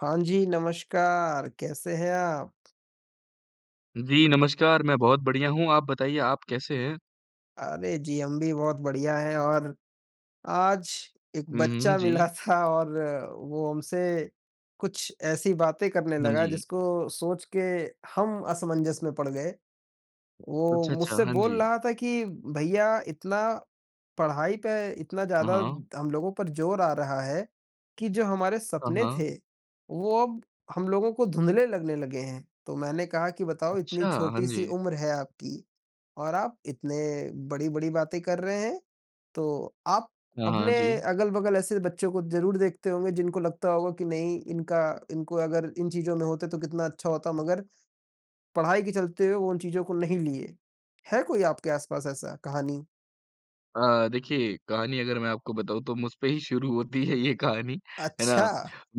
हाँ जी, नमस्कार, कैसे हैं आप? जी, नमस्कार, मैं बहुत बढ़िया हूँ, आप बताइए आप कैसे हैं? अरे जी, हम भी बहुत बढ़िया हैं और आज एक हुँ, बच्चा हुँ, मिला जी। था और वो हमसे कुछ ऐसी बातें करने हाँ लगा जी। जिसको सोच के हम असमंजस में पड़ गए। वो अच्छा, अच्छा, मुझसे हाँ बोल जी। रहा था कि भैया इतना पढ़ाई पे इतना हाँ, ज़्यादा हाँ। हम लोगों पर ज़ोर आ रहा है, कि जो हमारे हाँ, सपने हाँ। थे, वो अब हम लोगों को धुंधले लगने लगे हैं। तो मैंने कहा कि बताओ इतनी अच्छा, हाँ छोटी-सी जी। उम्र है आपकी और आप इतने बड़ी-बड़ी बातें कर रहे हैं, तो आप हाँ, हाँ, अपने जी। अगल-बगल ऐसे बच्चों को ज़रूर देखते होंगे जिनको लगता होगा कि नहीं इनका इनको अगर इन चीज़ों में होते तो कितना अच्छा होता मगर पढ़ाई के चलते हुए वो उन चीज़ों को नहीं लिए। है कोई आपके आस-पास ऐसा कहानी? देखिए कहानी अगर मैं आपको बताऊँ तो मुझ पे ही शुरू होती है ये कहानी, है ना? अच्छा!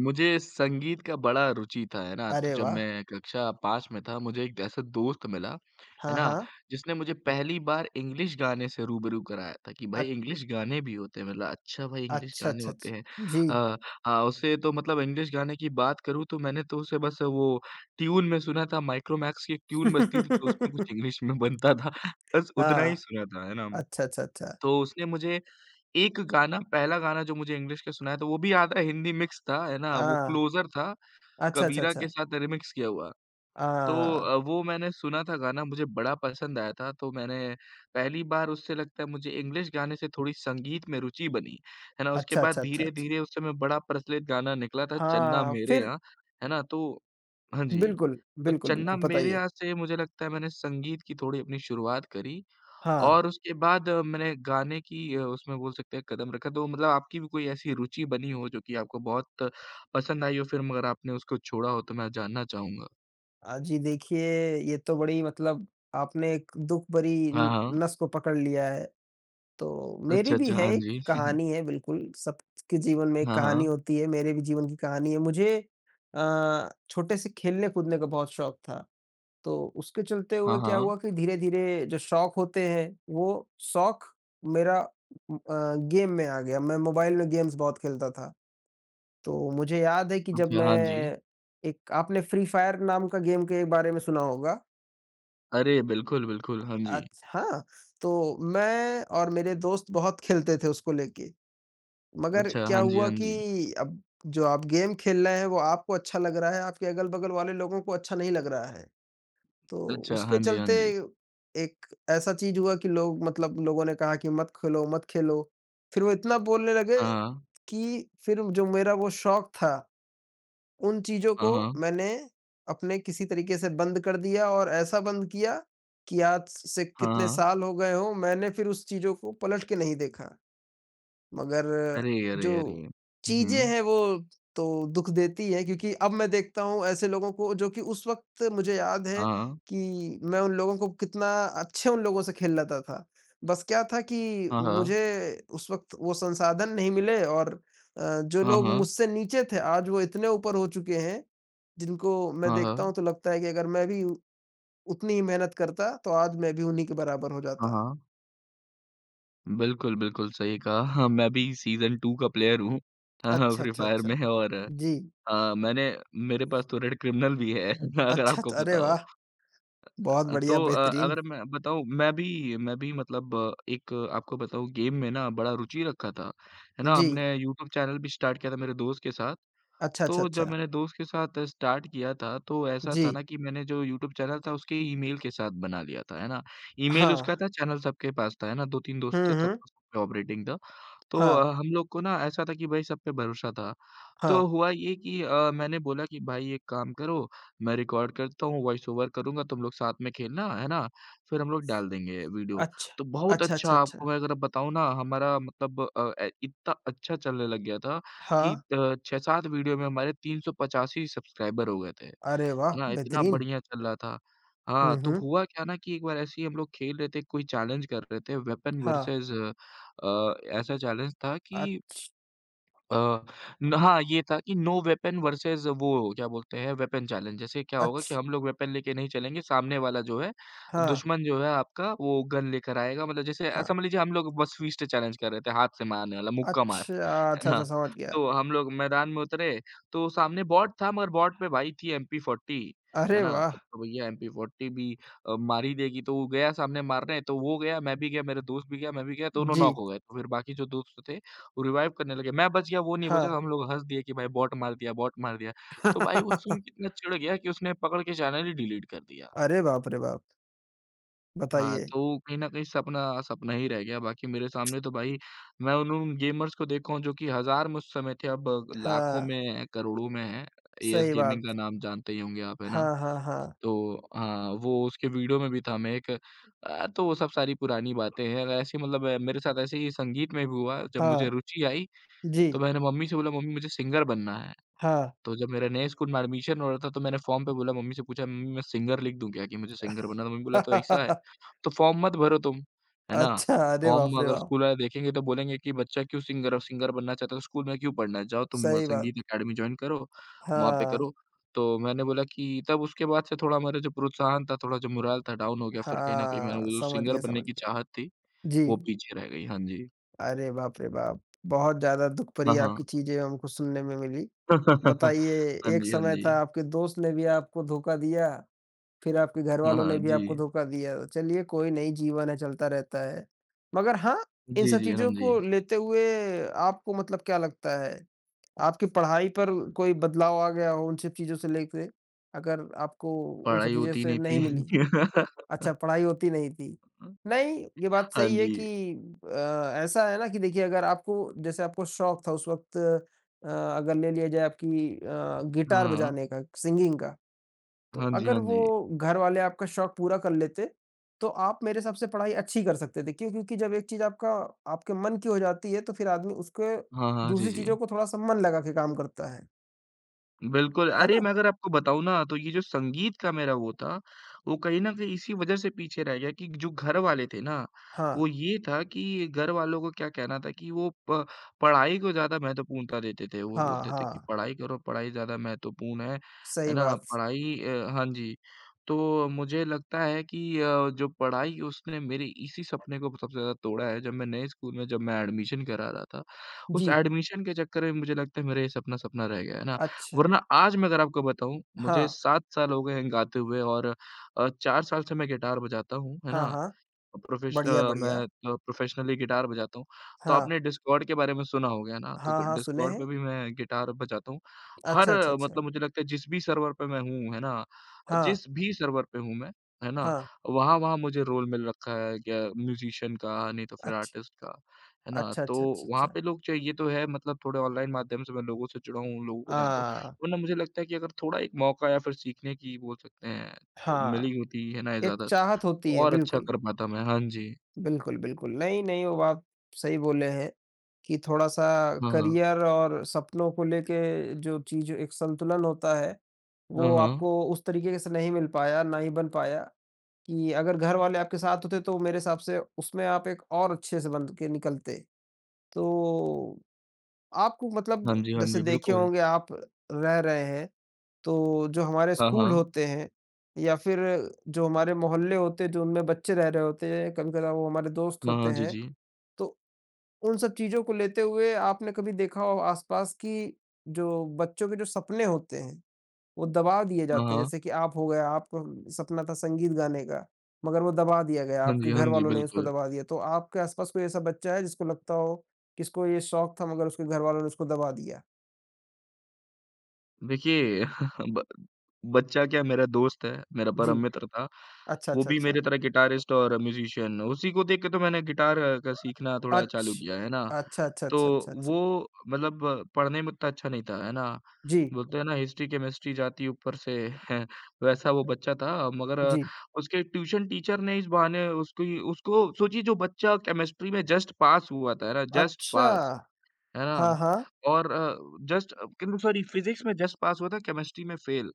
मुझे संगीत का बड़ा रुचि था, है ना? तो अरे जब वाह! मैं कक्षा 5 में था मुझे एक ऐसा दोस्त मिला, है हाँ, ना? हाँ। जिसने मुझे पहली बार इंग्लिश गाने से रूबरू कराया था कि अ भाई इंग्लिश गाने भी होते हैं। मतलब अच्छा भाई इंग्लिश अच्छा, गाने अच्छा, होते अच्छा। हैं। जी। अ, हाँ, उसे तो मतलब इंग्लिश गाने की बात करूँ तो मैंने तो उसे बस वो ट्यून में सुना था माइक्रोमैक्स की एक ट्यून बजती थी तो उसमें कुछ इंग्लिश में बनता था। बस उतना ही हाँ। सुना था, है ना? अच्छा, अच्छा, अच्छा। तो उसने मुझे एक गाना पहला गाना जो मुझे इंग्लिश का सुनाया था, वो भी याद है हिंदी मिक्स था, है ना? वो हाँ। क्लोज़र था, अच्छा, अच्छा, कबीरा के अच्छा। साथ रिमिक्स किया हुआ। तो हाँ। वो मैंने सुना था गाना, मुझे बड़ा पसंद आया था, तो मैंने पहली बार उससे लगता है मुझे इंग्लिश गाने से थोड़ी संगीत में रुचि बनी, है ना? उसके अच्छा, बाद अच्छा, अच्छा, अच्छा। धीरे-धीरे उस समय बड़ा प्रचलित गाना निकला था चन्ना हाँ, मेरे फिर यहाँ, है ना? तो हाँ जी, बिल्कुल, तो बिल्कुल, चन्ना बिल्कुल, मेरे बताइए। यहाँ से मुझे लगता है मैंने संगीत की थोड़ी अपनी शुरुआत करी हाँ। और उसके बाद मैंने गाने की उसमें बोल सकते हैं कदम रखा, तो मतलब आपकी भी कोई ऐसी रुचि बनी हो जो कि आपको बहुत पसंद आई हो फ़िल्म अगर आपने उसको छोड़ा हो तो मैं जानना चाहूँगा? जी देखिए, ये तो बड़ी मतलब आपने एक दुःख भरी हाँ, न हाँ। नस को पकड़ लिया है। तो मेरी अच्छा, भी अच्छा, है हाँ एक जी। कहानी है बिल्कुल, सबके जीवन में एक हाँ, कहानी हाँ। होती है, मेरे भी जीवन की कहानी है। मुझे छोटे से खेलने-कूदने का बहुत शौक था, तो उसके चलते हुए हाँ, क्या हाँ। हुआ कि धीरे-धीरे जो शौक होते हैं, वो शौक मेरा गेम में आ गया। मैं मोबाइल में गेम्स बहुत खेलता था, तो मुझे याद है कि जब अच्छा, हाँ जी। मैं एक आपने फ्री फायर नाम का गेम के बारे में सुना होगा? अरे! बिल्कुल, बिल्कुल, हाँ जी। अच हाँ, तो मैं और मेरे दोस्त बहुत खेलते थे उसको लेके। मगर अच्छा, क्या हाँ जी, हुआ हाँ जी। कि अब जो आप गेम खेल रहे हैं वो आपको अच्छा लग रहा है, आपके अगल-बगल वाले लोगों को अच्छा नहीं लग रहा है। तो अच्छा, उसके हाँ जी, हाँ चलते जी। एक ऐसा चीज़ हुआ कि लोग मतलब लोगों ने कहा कि मत खेलो, मत खेलो। फिर वो इतना बोलने लगे हाँ, हाँ। कि फिर जो मेरा वो शौक था, उन चीज़ों को हाँ, हाँ। मैंने अपने किसी तरीके से बंद कर दिया और ऐसा बंद किया कि आज से हाँ, कितने हाँ। साल हो गए हों, मैंने फिर उस चीज़ों को पलट के नहीं देखा। मगर अरे, अरे, जो अरे! हुँ, चीज़ें हुँ। हैं वो तो दुःख देती हैं क्योंकि अब मैं देखता हूँ ऐसे लोगों को जो कि उस वक़्त मुझे याद है हाँ, कि मैं उन लोगों को कितना अच्छे उन लोगों से खेल लेता था। बस क्या था कि हाँ। मुझे उस वक़्त वो संसाधन नहीं मिले और जो हाँ, लोग हाँ। मुझसे नीचे थे आज वो इतने ऊपर हो चुके हैं, जिनको मैं हाँ, देखता हाँ। हूँ तो लगता है कि अगर मैं भी उतनी ही मेहनत करता तो आज मैं भी उन्हीं के बराबर हो हाँ, जाता। हाँ। हाँ, हाँ। बिल्कुल, बिल्कुल सही कहा। हाँ, मैं भी सीज़न 2 का प्लेयर हूँ। हाँ, हाँ, अच्छा, फ्री अच्छा, फायर अच्छा। में और जी। अ, मैंने मेरे पास तो रेड क्रिमिनल भी है अगर अच्छा, आपको अच्छा, पता अरे हो। वाह! बहुत बढ़िया, बेहतरीन। अगर मैं बताऊँ मैं भी मतलब एक आपको बताऊँ गेम में ना बड़ा रुचि रखा था, है ना? जी। हमने यूट्यूब चैनल भी स्टार्ट किया था मेरे दोस्त के साथ। अच्छा, अच्छा, तो जब अच्छा। मैंने दोस्त के साथ स्टार्ट किया था तो ऐसा था जी। ना कि मैंने जो यूट्यूब चैनल था उसके ईमेल के साथ बना लिया था, है ना? ईमेल हाँ। उसका था, चैनल सबके पास था, है ना? 2-3 दोस्त हुँ, थे तब हुँ। तो सब पे ऑपरेटिंग था। तो हाँ, हम लोग को ना ऐसा था कि भाई सब पे भरोसा था। हाँ। तो हुआ ये कि मैंने बोला कि भाई एक काम करो, मैं रिकॉर्ड करता हूँ, वॉइस ओवर करूँगा, तुम लोग साथ में खेलना, है ना? फिर हम लोग डाल देंगे वीडियो। अच्छा। तो बहुत अच्छा, अच्छा अच्छा, अच्छा। आपको मैं अगर बताऊँ ना हमारा मतलब अ, ए इतना अच्छा चलने लग गया था हाँ। कि 6-7 वीडियो में हमारे 385 सब्सक्राइबर हो गए थे। अरे वाह! है ना, इतना बेहतरीन। बढ़िया चल रहा था। हुँ, हाँ, तो हुँ। हुआ क्या ना कि एक बार ऐसे ही हम लोग खेल रहे थे, कोई चैलेंज कर रहे थे, वेपन हाँ। वर्सेस ऐसा चैलेंज था कि अच्छ अ, न हाँ, ये था कि नो वेपन वर्सेस वो क्या बोलते हैं वेपन चैलेंज। जैसे क्या होगा कि अच्छ हम लोग वेपन लेके नहीं चलेंगे, सामने वाला जो है, हाँ, दुश्मन जो है आपका वो गन लेकर आएगा। मतलब जैसे हाँ। समझ लीजिए हम लोग बस फिस्ट चैलेंज कर रहे थे, हाथ से मारने वाला मुक्का मार, अच्छा, अच्छा, है अच्छा ना? समझ गया। तो हम लोग मैदान में उतरे, तो सामने बॉट था मगर बॉट पे भाई थी एमपी 40। है अरे ना? तब वाह! तो भैया एमपी 40 भी मार ही देगी। तो वो गया सामने मारने, तो वो गया, मैं भी गया, मेरा दोस्त भी गया, मैं भी गया, दोनों जी। नॉक हो गए। तो फिर बाकी जो दोस्त थे रिवाइव करने लगे, मैं बच गया वो नहीं बचा, हाँ। हम लोग हँस दिए कि भाई बॉट मार दिया बॉट मार दिया। तो भाई वो सुन के इतना चिढ़ गया कि उसने पकड़ के चैनल ही डिलीट कर दिया। अरे बाप रे बाप! हाँ, बताइए। तो कहीं न कहीं सपना सपना ही रह गया, बाकी मेरे सामने तो भाई मैं उन उन गेमर्स को देखा हूँ जो कि हज़ार में उस समय थे, अब लाखों हाँ, में हैं, करोड़ों में हैं। एएस सही गेमिंग का बात। नाम जानते ही होंगे आप, है ना? हाँ, हाँ, हाँ। तो हाँ, वो उसके वीडियो में भी था मैं एक तो वो सब सारी पुरानी बातें हैं। ऐसी मतलब मेरे साथ ऐसे ही संगीत में भी हुआ, जब मुझे हाँ। रुचि आई तो जी। मैंने मम्मी से बोला मम्मी मुझे सिंगर बनना है। हाँ। तो जब मेरा नए स्कूल में एडमिशन हो रहा था तो मैंने फॉर्म पे बोला मम्मी से पूछा मम्मी मैं सिंगर लिख दूँ क्या कि मुझे सिंगर बनना है? तो मम्मी बोला तो ऐसा है, तो फॉर्म मत भरो तुम, है ना? अच्छा, अरे बाप फॉर्म रे अगर बाप! स्कूल वाले देखेंगे तो बोलेंगे कि बच्चा क्यों सिंगर सिंगर बनना चाहता है तो स्कूल में क्यों पढ़ना है? जाओ तुम सही बात। संगीत अकेडमी जॉइन करो, वहाँ पे हाँ, करो। तो मैंने बोला कि तब उसके बाद से थोड़ा मेरा जो प्रोत्साहन था, थोड़ा जो मोरल था डाउन हो गया फिर कहीं न कहीं मैंने हाँ, वो जो समझ सिंगर गया, बनने समझ की गया। चाहत थी, वो जी, पीछे रह गई। हाँ जी। अरे बाप रे बाप! बहुत ज़्यादा दुःख भरी हाँ, हाँ। आपकी चीज़ें हमको सुनने में मिली। बताइए, हाँ एक जी, हाँ समय जी। था आपके दोस्त ने भी आपको धोखा दिया, फिर आपके हाँ, घरवालों ने हाँ। भी आपको जी। धोखा दिया। तो चलिए कोई नहीं, जीवन है, चलता रहता है। मगर हाँ, इन जी, सब जी। हाँ चीज़ों जी। को लेते हुए आपको मतलब क्या लगता है, आपकी पढ़ाई पर कोई बदलाव आ गया हो उन सब चीज़ों से लेके, अगर आपको उन सब पढ़ाई चीज़ों होती से नहीं नहीं थी। मिली? अच्छा, पढ़ाई होती नहीं थी। नहीं, ये बात हाँ सही है कि जी। ऐसा है ना कि देखिए अगर आपको जैसे आपको शौक था उस वक़्त अगर ले लिया जाए आपकी गिटार हाँ, हाँ। बजाने का, सिंगिंग का, तो हाँ जी, अगर हाँ जी। वो घर वाले आपका शौक पूरा कर लेते, तो आप मेरे हिसाब से पढ़ाई अच्छी कर सकते थे। क्यों? क्योंकि जब एक चीज़ आपका आपके मन की हो जाती है, तो फिर आदमी उसके हाँ, हाँ। जी, दूसरी जी। चीज़ों को थोड़ा-सा मन लगा के काम करता है। बिल्कुल, है अरे ना? मैं अगर आपको बताऊँ ना तो ये जो संगीत का मेरा वो था, वो कहीं न कहीं इसी वज़ह से पीछे रह गया कि जो घर वाले थे ना, हाँ, वो ये था कि घर वालों को क्या कहना था कि वो प पढ़ाई को ज़्यादा महत्वपूर्णता देते थे। वो हाँ, बोलते थे कि हाँ। पढ़ाई करो, पढ़ाई ज़्यादा महत्वपूर्ण है सही ना? बात। हाँ जी, तो मुझे लगता है कि जो पढ़ाई उसने मेरे इसी सपने को सबसे ज़्यादा तोड़ा है। जब मैं नए स्कूल में जब मैं एडमिशन करा रहा था, उस जी, एडमिशन के चक्कर में मुझे लगता है मेरा ये सपना सपना रह गया, है ना? अच्छा। वरना आज मैं अगर आपको बताऊँ हाँ। मुझे 7 साल हो गए हैं गाते हुए और 4 साल से मैं गिटार बजाता हूँ, है हाँ, ना? हाँ। प्रोफेश अ, बढ़िया, मैं बढ़िया। प्रोफेशनली गिटार बजाता हूँ। तो हाँ। आपने डिस्कॉर्ड के बारे में सुना हो गया ना, तो हाँ, ग हाँ, सुने डिस्कॉर्ड हैं। पे भी मैं गिटार बजाता हूँ। हर अच्छा, अच्छा, अच्छा। मतलब मुझे लगता है जिस भी सर्वर पे मैं हूँ, है ना? हाँ, जिस भी सर्वर पे हूँ मैं, है ना? हाँ। वहाँ-वहाँ मुझे रोल मिल रखा है क्या म्यूज़िशियन का, नहीं तो फिर अच्छ आर्टिस्ट का, है ना? अच्छा, तो अच्छा, अच्छा, वहाँ अच्छा। पे लोग चाहिए ये तो है मतलब थोड़े ऑनलाइन माध्यम से मैं लोगों से जुड़ा हूँ, लोगों को जानता हूँ। आ, वरना मुझे लगता है कि अगर थोड़ा एक मौका या फिर सीखने की बोल सकते हैं, हाँ, मिली होती है ना एक इजाज़त चाहत होती है, और अच्छा बिल्कुल। कर पाता मैं, हाँ जी। बिल्कुल, बिल्कुल। नहीं, नहीं, वो आप सही बोले हैं कि थोड़ा-सा हाँ, हाँ। करियर और सपनों को लेके जो चीज़ एक संतुलन होता है, हाँ, वो हाँ। आपको उस तरीके से नहीं मिल पाया, ना ही बन पाया कि अगर घर वाले आपके साथ होते, तो मेरे हिसाब से उसमें आप एक और अच्छे से बन के निकलते। तो आपको हाँ मतलब जी, हाँ जैसे जी, देखे बिल्कुल। होंगे आप रह रहे हैं, तो जो हमारे हाँ, स्कूल हाँ। होते हैं या फिर जो हमारे मोहल्ले होते हैं, जो उनमें बच्चे रह रहे होते हैं, कभी-कभार वो हमारे दोस्त हाँ, हाँ, होते जी, हैं, जी। तो उन सब चीज़ों को लेते हुए आपने कभी देखा हो आस-पास की जो बच्चों के जो सपने होते हैं, वो दबा दिए हाँ, जाते हैं। हाँ। जैसे कि आप हो गए, आपको सपना था संगीत गाने का, मगर वो दबा दिया गया, हाँ आपके जी, हाँ घर जी, वालों ने उसको बिल्कुल। दबा दिया। तो आपके आस-पास कोई ऐसा बच्चा है जिसको लगता हो कि इसको ये शौक था मगर उसके घर वालों ने उसको दबा दिया? देखिए ब बच्चा क्या मेरा दोस्त है, मेरा जी। परम मित्र था। अच्छा, वो अच्छा, भी अच्छा। मेरी तरह गिटारिस्ट और म्यूज़िशियन, उसी को देख के तो मैंने गिटार का सीखना थोड़ा अच्छ चालू किया, है ना? अच्छा, अच्छा, तो अच्छा, अच्छा, अच्छा। वो मतलब पढ़ने में उतना अच्छा नहीं था, है ना? जी, बोलते हैं ना हिस्ट्री, केमिस्ट्री जाती ऊपर से वैसा वो बच्चा था मगर जी। उसके ट्यूशन टीचर ने इस बहाने उसकी उसको सोचिए जो बच्चा केमिस्ट्री में जस्ट पास हुआ था, है ना? जस्ट अच्छा। पास। है ना? हाँ, हाँ। और अ, जस्ट किन सॉरी फिज़िक्स में जस्ट पास हुआ था, केमिस्ट्री में फेल।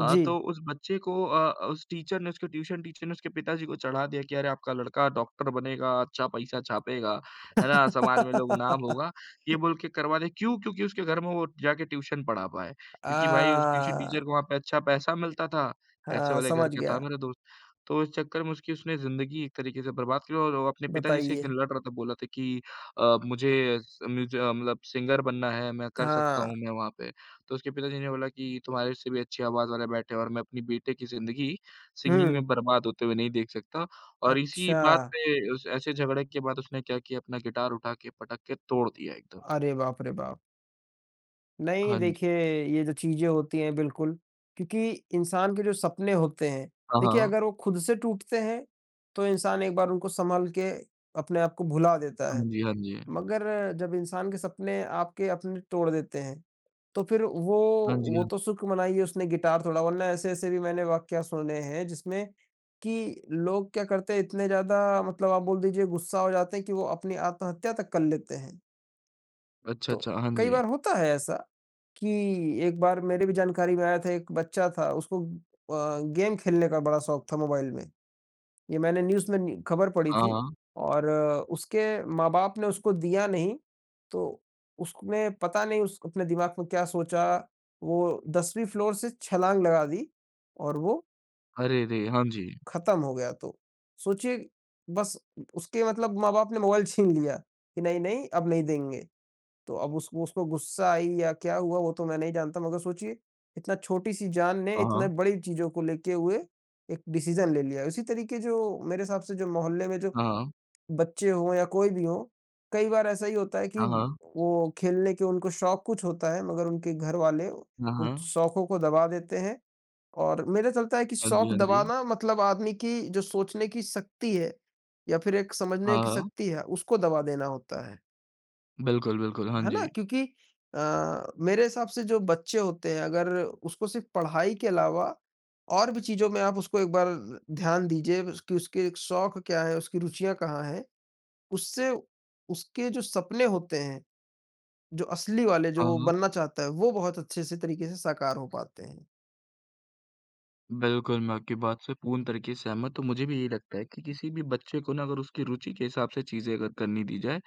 जी। तो उस बच्चे को अ, उस टीचर ने उसके ट्यूशन टीचर ने उसके पिताजी को चढ़ा दिया कि अरे आपका लड़का डॉक्टर बनेगा, अच्छा पैसा छापेगा, है ना? समाज में लोग नाम होगा। ये बोल के करवा दिया क्यों? क्योंकि उसके घर में वो जाके ट्यूशन पढ़ा पाए। अ, क्योंकि भाई उस ट्यूशन टीचर को वहाँ पे अच्छा पैसा मिलता था, पैसे हाँ, वाले घर समझ का था गया। मेरा दोस्त। तो इस चक्कर में उसकी उसने ज़िंदगी एक तरीके से बर्बाद की और वो अपने पिताजी से एक बताइए। दिन लड़ रहा था, बोला था कि मुझे मतलब सिंगर बनना है, मैं कर सकता हाँ। हूँ मैं वहाँ पे। तो उसके पिताजी ने बोला कि तुम्हारे से भी अच्छी आवाज़ वाले बैठे हैं और मैं अपनी बेटे की ज़िंदगी सिंगिंग हुँ। में बर्बाद होते हुए नहीं देख सकता। और इसी अच्छा। बात पे उस ऐसे झगड़े के बाद उसने क्या किया अपना गिटार उठा के पटक के तोड़ दिया एकदम। अरे बाप रे बाप! नहीं हाँ जी। देखिए, ये जो चीज़ें होती हैं बिल्कुल, क्योंकि इंसान के जो सपने होते हैं, हाँ, देखिए हाँ। अगर वो खुद से टूटते हैं, तो इंसान एक बार उनको सँभल के अपने आप को भुला देता हाँ है। जी, हाँ जी। मगर जब इंसान के सपने आपके अपने तोड़ देते हैं, तो फिर वो हाँ जी, वो हाँ। तो सुख मनाई उसने गिटार तोड़ा वरना ऐसे-ऐसे भी मैंने वाकया सुने हैं जिसमें कि लोग क्या करते हैं इतने ज़्यादा मतलब आप बोल दीजिए गुस्सा हो जाते हैं कि वो अपनी आत्महत्या तक कर लेते हैं। अच्छा, तो अच्छा। हाँ कई जी। बार होता है ऐसा कि एक बार मेरे भी जानकारी में आया था एक बच्चा था उसको गेम खेलने का बड़ा शौक था मोबाइल में। ये मैंने न्यूज़ में न्यू खबर पड़ी हाँ, थी हाँ। और उसके माँ-बाप ने उसको दिया नहीं, तो उसने पता नहीं उस अपने दिमाग में क्या सोचा, वो 10वीं फ्लोर से छलांग लगा दी और वो अरे रे! हाँ जी। खत्म हो गया तो। सोचिए बस उसके मतलब माँ-बाप ने मोबाइल छीन लिया कि नहीं, नहीं अब नहीं देंगे। तो अब उसको उसको गुस्सा आई या क्या हुआ वो तो मैं नहीं जानता मगर सोचिए इतना छोटी-सी जान ने हाँ, इतने हाँ। बड़ी चीज़ों को लेके हुए एक डिसीज़न ले लिया। उसी तरीके जो मेरे हिसाब से जो मोहल्ले में जो हाँ, हाँ। बच्चे हों या कोई भी हो, कई बार ऐसा ही होता है कि हाँ, हाँ। वो खेलने के उनको शौक कुछ होता है मगर उनके घर वाले हाँ, उन हाँ। शौकों को दबा देते हैं और मेरा चलता है कि हाँ जी, शौक हाँ जी। दबाना मतलब आदमी की जो सोचने की शक्ति है या फिर एक समझने हाँ, की हाँ। शक्ति है उसको दबा देना होता बिल्कुल, बिल्कुल। हाँ है ना? जी। क्योंकि मेरे हिसाब से जो बच्चे होते हैं अगर उसको सिर्फ़ पढ़ाई के अलावा और भी चीज़ों में आप उसको एक बार ध्यान दीजिए कि उसके शौक क्या है, उसकी रुचियाँ कहाँ हैं? उससे उसके जो सपने होते हैं, जो असली वाले जो हाँ, वो हाँ। बनना चाहता है, वो बहुत अच्छे से तरीके से साकार हो पाते हैं। बिल्कुल, मैं आपकी बात से पूर्ण तरीके से सहमत हूँ। मुझे भी यही लगता है कि किसी भी बच्चे को ना अगर उसकी रुचि के हिसाब से चीज़ें अगर करनी दी जाए,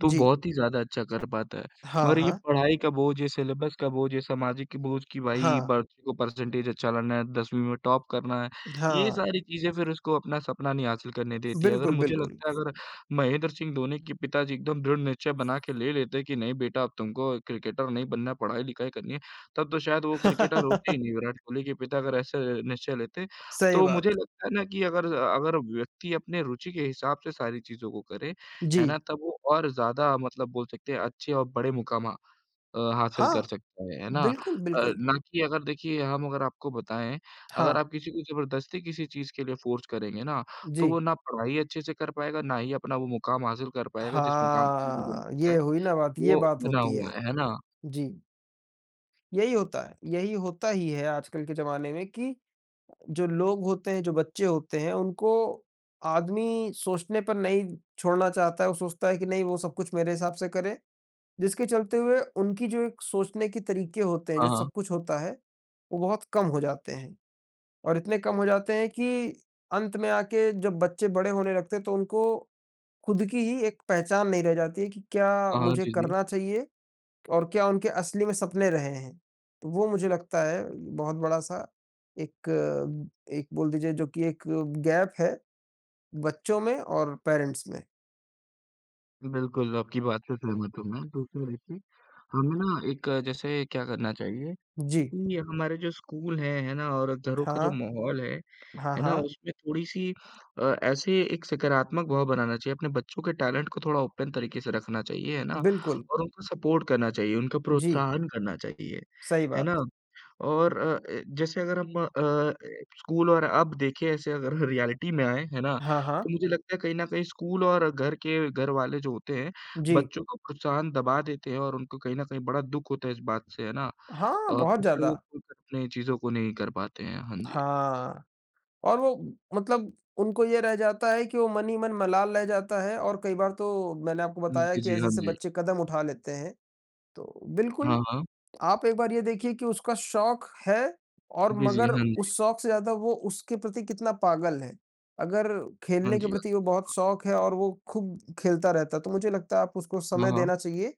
तो जी। बहुत ही ज़्यादा अच्छा कर पाता है। हाँ, मगर ये हाँ। पढ़ाई का बोझ, ये सिलेबस का बोझ, ये सामाजिक बोझ कि भाई हाँ, बच्चे को परसेंटेज अच्छा लाना है, 10वीं में टॉप करना है, ये हाँ। सारी चीज़ें फिर उसको अपना सपना नहीं हासिल करने देती है। अगर बिल्कुल, मुझे बिल्कुल। लगता है अगर महेंद्र सिंह धोनी के पिताजी एकदम दृढ़ निश्चय बना के ले लेते कि नहीं बेटा अब तुमको क्रिकेटर नहीं बनना है, पढ़ाई-लिखाई करनी है, तब तो शायद वो क्रिकेटर होते ही नहीं। विराट कोहली के पिता अगर ऐसे निश्चय लेते, सही तो मुझे बात। लगता है ना कि अगर अगर व्यक्ति अपने रुचि के हिसाब से सारी चीज़ों को करे, जी। है ना? तब वो और ज़्यादा मतलब बोल सकते हैं अच्छे और बड़े मुकाम हासिल हाँ, कर सकता है ना? बिल्कुल, अ, बिल्कुल। ना कि अगर देखिए हम अगर आपको बताएँ, अगर हाँ, आप किसी को ज़बरदस्ती किसी चीज़ के लिए फ़ोर्स करेंगे ना, तो जी। वो ना पढ़ाई अच्छे से कर पाएगा, ना ही अपना वो मुकाम हासिल कर पाएगा जिस मुकाम के लिए मुझे हाँ, लगता ये है हुई ना बात, ये वो बात बना होती हुआ है। है ना? जी, यही होता है, यही होता ही है आजकल के ज़माने में कि जो लोग होते हैं, जो बच्चे होते हैं, उनको आदमी सोचने पर नहीं छोड़ना चाहता है। वो सोचता है कि नहीं वो सब कुछ मेरे हिसाब से करे, जिसके चलते हुए उनकी जो एक सोचने के तरीके होते हैं, हाँ, जो हाँ। सब कुछ होता है, वो बहुत कम हो जाते हैं। और इतने कम हो जाते हैं कि अंत में आके जब बच्चे बड़े होने लगते हैं, तो उनको खुद की ही एक पहचान नहीं रह जाती है कि क्या हाँ, हाँ, मुझे जी, जी। करना चाहिए और क्या उनके असली में सपने रहे हैं। तो वो मुझे लगता है बहुत बड़ा-सा एक एक बोल दीजिए जो कि एक गैप है बच्चों में और पेरेंट्स में। बिल्कुल, आपकी बात से सहमत हूँ मैं। दूसरा देखिए, हमें ना जैसे क्या करना चाहिए जी। कि हमारे जो स्कूल हैं, है ना? और घरों का जो हाँ, माहौल हाँ, है ना? हाँ। उसमें थोड़ी-सी ऐसे एक सकारात्मक भाव बनाना चाहिए, अपने बच्चों के टैलेंट को थोड़ा ओपन तरीके से रखना चाहिए, है ना? बिल्कुल। और उनको सपोर्ट करना चाहिए, उनका जी, प्रोत्साहन करना चाहिए, सही है बात। ना? और अ अ, जैसे अगर हम अ, स्कूल और अब देखें ऐसे अगर रियलिटी में आएँ, है ना? हाँ, हाँ। तो मुझे लगता है कहीं न कहीं स्कूल और घर वाले जो होते हैं, जी। बच्चों को प्रोत्साहन दबा देते हैं और उनको कहीं न कहीं बड़ा दुःख होता है इस बात से, है ना? हाँ, बहुत तो फिर वो ज़्यादा। खुलकर अपनी चीज़ों को नहीं कर पाते हैं। हाँ जी। हाँ, और वो मतलब उनको ये रह जाता है कि वो मन ही मन मलाल रह जाता है और कई बार तो मैंने आपको बताया जी, कि जी। हाँ ऐसे-ऐसे जी। बच्चे कदम उठा लेते हैं। तो बिल्कुल हाँ, हाँ। आप एक बार ये देखिए कि उसका शौक है और जी, जी। मगर हाँ जी। उस शौक से ज़्यादा वो उसके प्रति कितना पागल है। अगर हाँ खेलने के जी, प्रति वो हाँ। बहुत शौक है और वो खूब खेलता रहता है, तो मुझे लगता है आप उसको हाँ, समय हाँ। देना चाहिए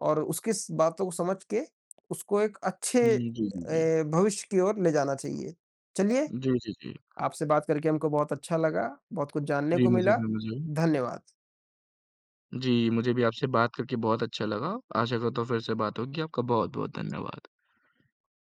और उसकी स बातों को समझ के उसको एक अच्छे हुँ, जी, जी, जी। भविष्य की ओर ले जाना चाहिए। चलिए, जी, जी, जी। आपसे बात करके हमको बहुत अच्छा लगा, बहुत कुछ जानने जी, को मुझे मिला। भी मुझे धन्यवाद। जी, मुझे भी आपसे बात करके बहुत अच्छा लगा। आशा करता हूँ फिर से बात होगी। आपका बहुत-बहुत धन्यवाद।